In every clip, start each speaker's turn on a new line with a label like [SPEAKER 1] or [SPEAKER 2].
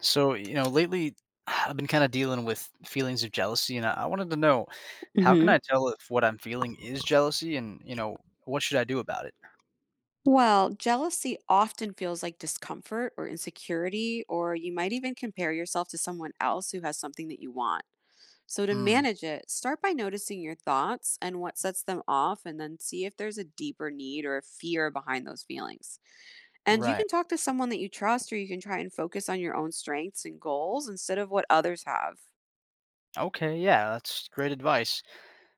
[SPEAKER 1] So, lately I've been kind of dealing with feelings of jealousy, and I wanted to know how can
[SPEAKER 2] hmm
[SPEAKER 1] I tell if what I'm feeling is jealousy, and what should I do about it?
[SPEAKER 2] Well, jealousy often feels like discomfort or insecurity, or you might even compare yourself to someone else who has something that you want. So, to
[SPEAKER 1] Hmm.
[SPEAKER 2] manage it, start by noticing your thoughts and what sets them off, and then see if there's a deeper need or a fear behind those feelings. And you
[SPEAKER 1] Right.
[SPEAKER 2] can talk to someone that you trust, or you can try and focus on your own strengths and goals instead of what others have.
[SPEAKER 1] Okay. Yeah, that's great advice.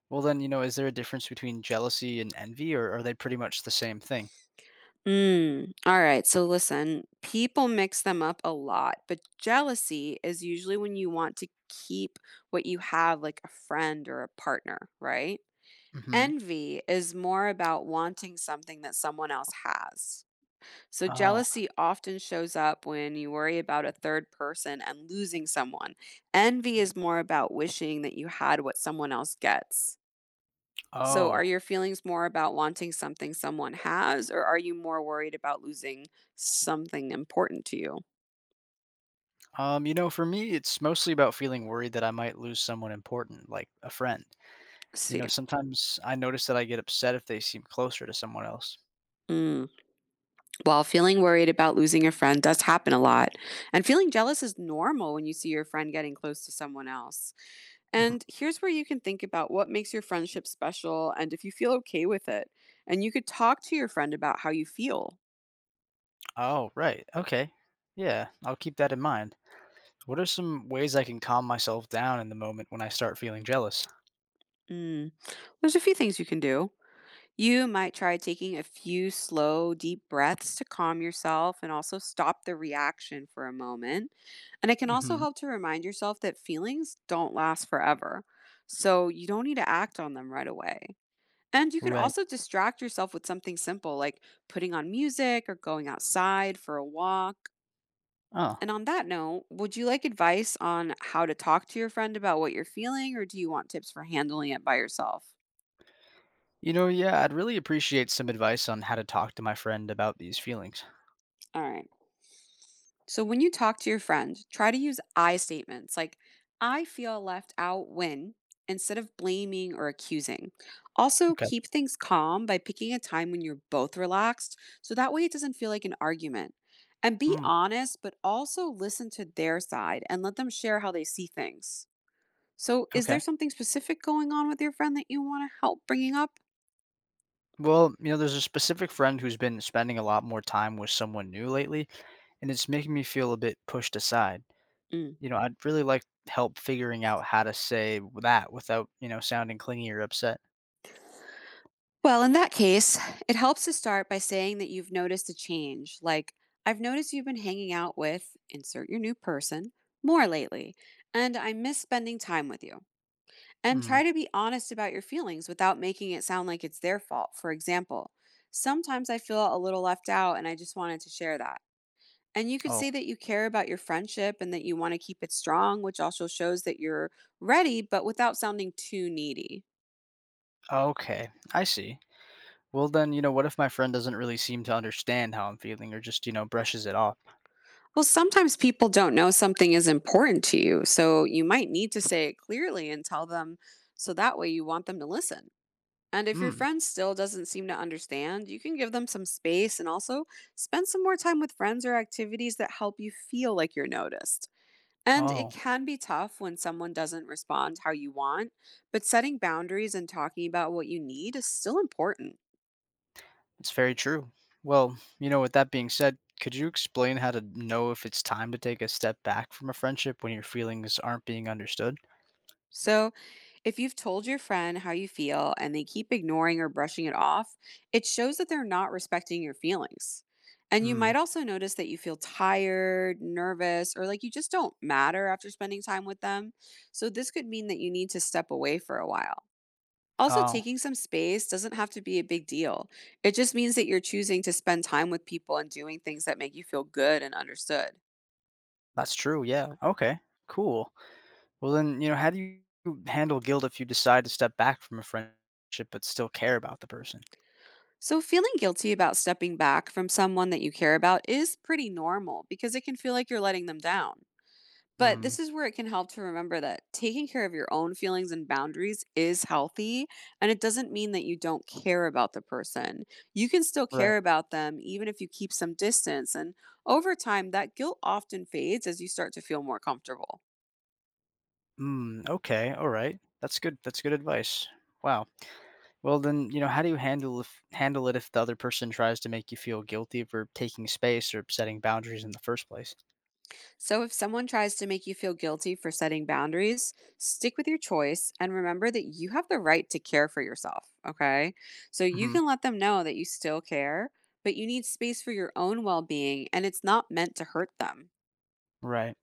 [SPEAKER 1] Well, then, is there a difference between jealousy and envy, or are they pretty much the same thing?
[SPEAKER 2] Mm, all right. So listen, people mix them up a lot, but jealousy is usually when you want to keep what you have, like a friend or a partner, right?
[SPEAKER 1] Hmm.
[SPEAKER 2] Envy is more about wanting something that someone else has. So
[SPEAKER 1] Oh.
[SPEAKER 2] jealousy often shows up when you worry about a third person and losing someone. Envy is more about wishing that you had what someone else gets. So, are
[SPEAKER 1] Oh.
[SPEAKER 2] your feelings more about wanting something someone has, or are you more worried about losing something important to you?
[SPEAKER 1] For me, it's mostly about feeling worried that I might lose someone important, like a friend. You
[SPEAKER 2] See.
[SPEAKER 1] know, sometimes I notice that I get upset if they seem closer to someone else.
[SPEAKER 2] Mm. Well, feeling worried about losing a friend does happen a lot. And feeling jealous is normal when you see your friend getting close to someone else. And here's where you can think about what makes your friendship special and if you feel okay with it. And you could talk to your friend about how you feel.
[SPEAKER 1] Oh, right. Okay. Yeah, I'll keep that in mind. What are some ways I can calm myself down in the moment when I start feeling jealous?
[SPEAKER 2] Mm. There's a few things you can do. You might try taking a few slow, deep breaths to calm yourself and also stop the reaction for a moment. And it can also
[SPEAKER 1] Hmm.
[SPEAKER 2] help to remind yourself that feelings don't last forever. So you don't need to act on them right away. And you could
[SPEAKER 1] Right.
[SPEAKER 2] also distract yourself with something simple like putting on music or going outside for a walk.
[SPEAKER 1] Oh.
[SPEAKER 2] And on that note, would you like advice on how to talk to your friend about what you're feeling, or do you want tips for handling it by yourself?
[SPEAKER 1] Yeah, I'd really appreciate some advice on how to talk to my friend about these feelings.
[SPEAKER 2] All right. So when you talk to your friend, try to use I statements like, "I feel left out when," instead of blaming or accusing. Also,
[SPEAKER 1] Okay.
[SPEAKER 2] keep things calm by picking a time when you're both relaxed, so that way it doesn't feel like an argument. And be
[SPEAKER 1] Mm,
[SPEAKER 2] honest, but also listen to their side and let them share how they see things. So, is there
[SPEAKER 1] okay.
[SPEAKER 2] something specific going on with your friend that you want to help bringing up?
[SPEAKER 1] Well, there's a specific friend who's been spending a lot more time with someone new lately, and it's making me feel a bit pushed aside.
[SPEAKER 2] Mm.
[SPEAKER 1] I'd really like help figuring out how to say that without, sounding clingy or upset.
[SPEAKER 2] Well, in that case, it helps to start by saying that you've noticed a change. Like, "I've noticed you've been hanging out with," insert your new person, "more lately, and I miss spending time with you." And
[SPEAKER 1] Mm.
[SPEAKER 2] try to be honest about your feelings without making it sound like it's their fault. For example, "Sometimes I feel a little left out and I just wanted to share that." And you could
[SPEAKER 1] Oh,
[SPEAKER 2] say that you care about your friendship and that you want to keep it strong, which also shows that you're ready, but without sounding too needy.
[SPEAKER 1] okay. I see. Well, then, what if my friend doesn't really seem to understand how I'm feeling or just, brushes it off?
[SPEAKER 2] Well, sometimes people don't know something is important to you, so you might need to say it clearly and tell them so that way you want them to listen. And if your
[SPEAKER 1] Hmm.
[SPEAKER 2] friend still doesn't seem to understand, you can give them some space and also spend some more time with friends or activities that help you feel like you're noticed. And it
[SPEAKER 1] Oh,
[SPEAKER 2] can be tough when someone doesn't respond how you want, but setting boundaries and talking about what you need is still important.
[SPEAKER 1] it's very true. Well, with that being said, could you explain how to know if it's time to take a step back from a friendship when your feelings aren't being understood?
[SPEAKER 2] So, if you've told your friend how you feel and they keep ignoring or brushing it off, it shows that they're not respecting your feelings. And you
[SPEAKER 1] Hmm.
[SPEAKER 2] might also notice that you feel tired, nervous, or like you just don't matter after spending time with them. So, this could mean that you need to step away for a while. Also,
[SPEAKER 1] Oh,
[SPEAKER 2] taking some space doesn't have to be a big deal. It just means that you're choosing to spend time with people and doing things that make you feel good and understood.
[SPEAKER 1] that's true. Yeah. Okay. Cool. Well, then, how do you handle guilt if you decide to step back from a friendship but still care about the person?
[SPEAKER 2] So, feeling guilty about stepping back from someone that you care about is pretty normal because it can feel like you're letting them down. But
[SPEAKER 1] Hmm.
[SPEAKER 2] this is where it can help to remember that taking care of your own feelings and boundaries is healthy. And it doesn't mean that you don't care about the person. You can still
[SPEAKER 1] Right.
[SPEAKER 2] care about them, even if you keep some distance. And over time, that guilt often fades as you start to feel more comfortable.
[SPEAKER 1] Hmm. Okay. All right. That's good. That's good advice. Wow. Well, then, how do you handle it if the other person tries to make you feel guilty for taking space or setting boundaries in the first place?
[SPEAKER 2] So, if someone tries to make you feel guilty for setting boundaries, stick with your choice and remember that you have the right to care for yourself. Okay. So, you
[SPEAKER 1] Hmm.
[SPEAKER 2] can let them know that you still care, but you need space for your own well being and it's not meant to hurt them.
[SPEAKER 1] Right.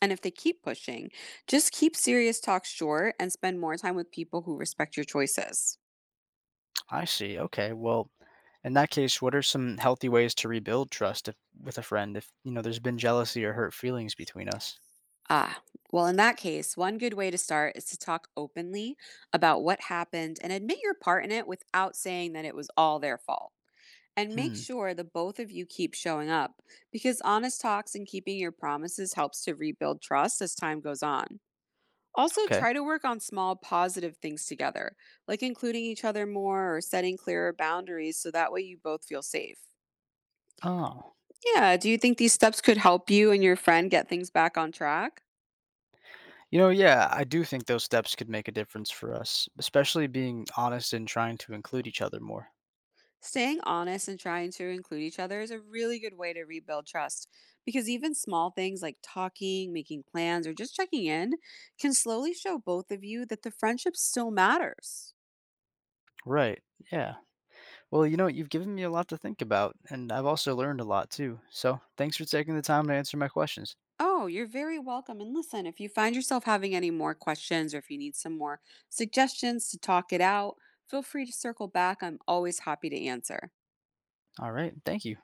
[SPEAKER 2] And if they keep pushing, just keep serious talk short and spend more time with people who respect your choices.
[SPEAKER 1] I see. Okay. Well, in that case, what are some healthy ways to rebuild trust if, with a friend if, there's been jealousy or hurt feelings between us?
[SPEAKER 2] Ah, well, in that case, one good way to start is to talk openly about what happened and admit your part in it without saying that it was all their fault. And make
[SPEAKER 1] Hmm.
[SPEAKER 2] sure the both of you keep showing up because honest talks and keeping your promises helps to rebuild trust as time goes on. Also,
[SPEAKER 1] Okay.
[SPEAKER 2] try to work on small positive things together, like including each other more or setting clearer boundaries so that way you both feel safe.
[SPEAKER 1] Oh.
[SPEAKER 2] Yeah, do you think these steps could help you and your friend get things back on track?
[SPEAKER 1] Yeah, I do think those steps could make a difference for us, especially being honest and trying to include each other more.
[SPEAKER 2] Staying honest and trying to include each other is a really good way to rebuild trust because even small things like talking, making plans, or just checking in can slowly show both of you that the friendship still matters.
[SPEAKER 1] Right. Yeah. Well, you've given me a lot to think about, and I've also learned a lot too. So, thanks for taking the time to answer my questions.
[SPEAKER 2] Oh, you're very welcome. And listen, if you find yourself having any more questions or if you need some more suggestions to talk it out, feel free to circle back. I'm always happy to answer.
[SPEAKER 1] All right. Thank you.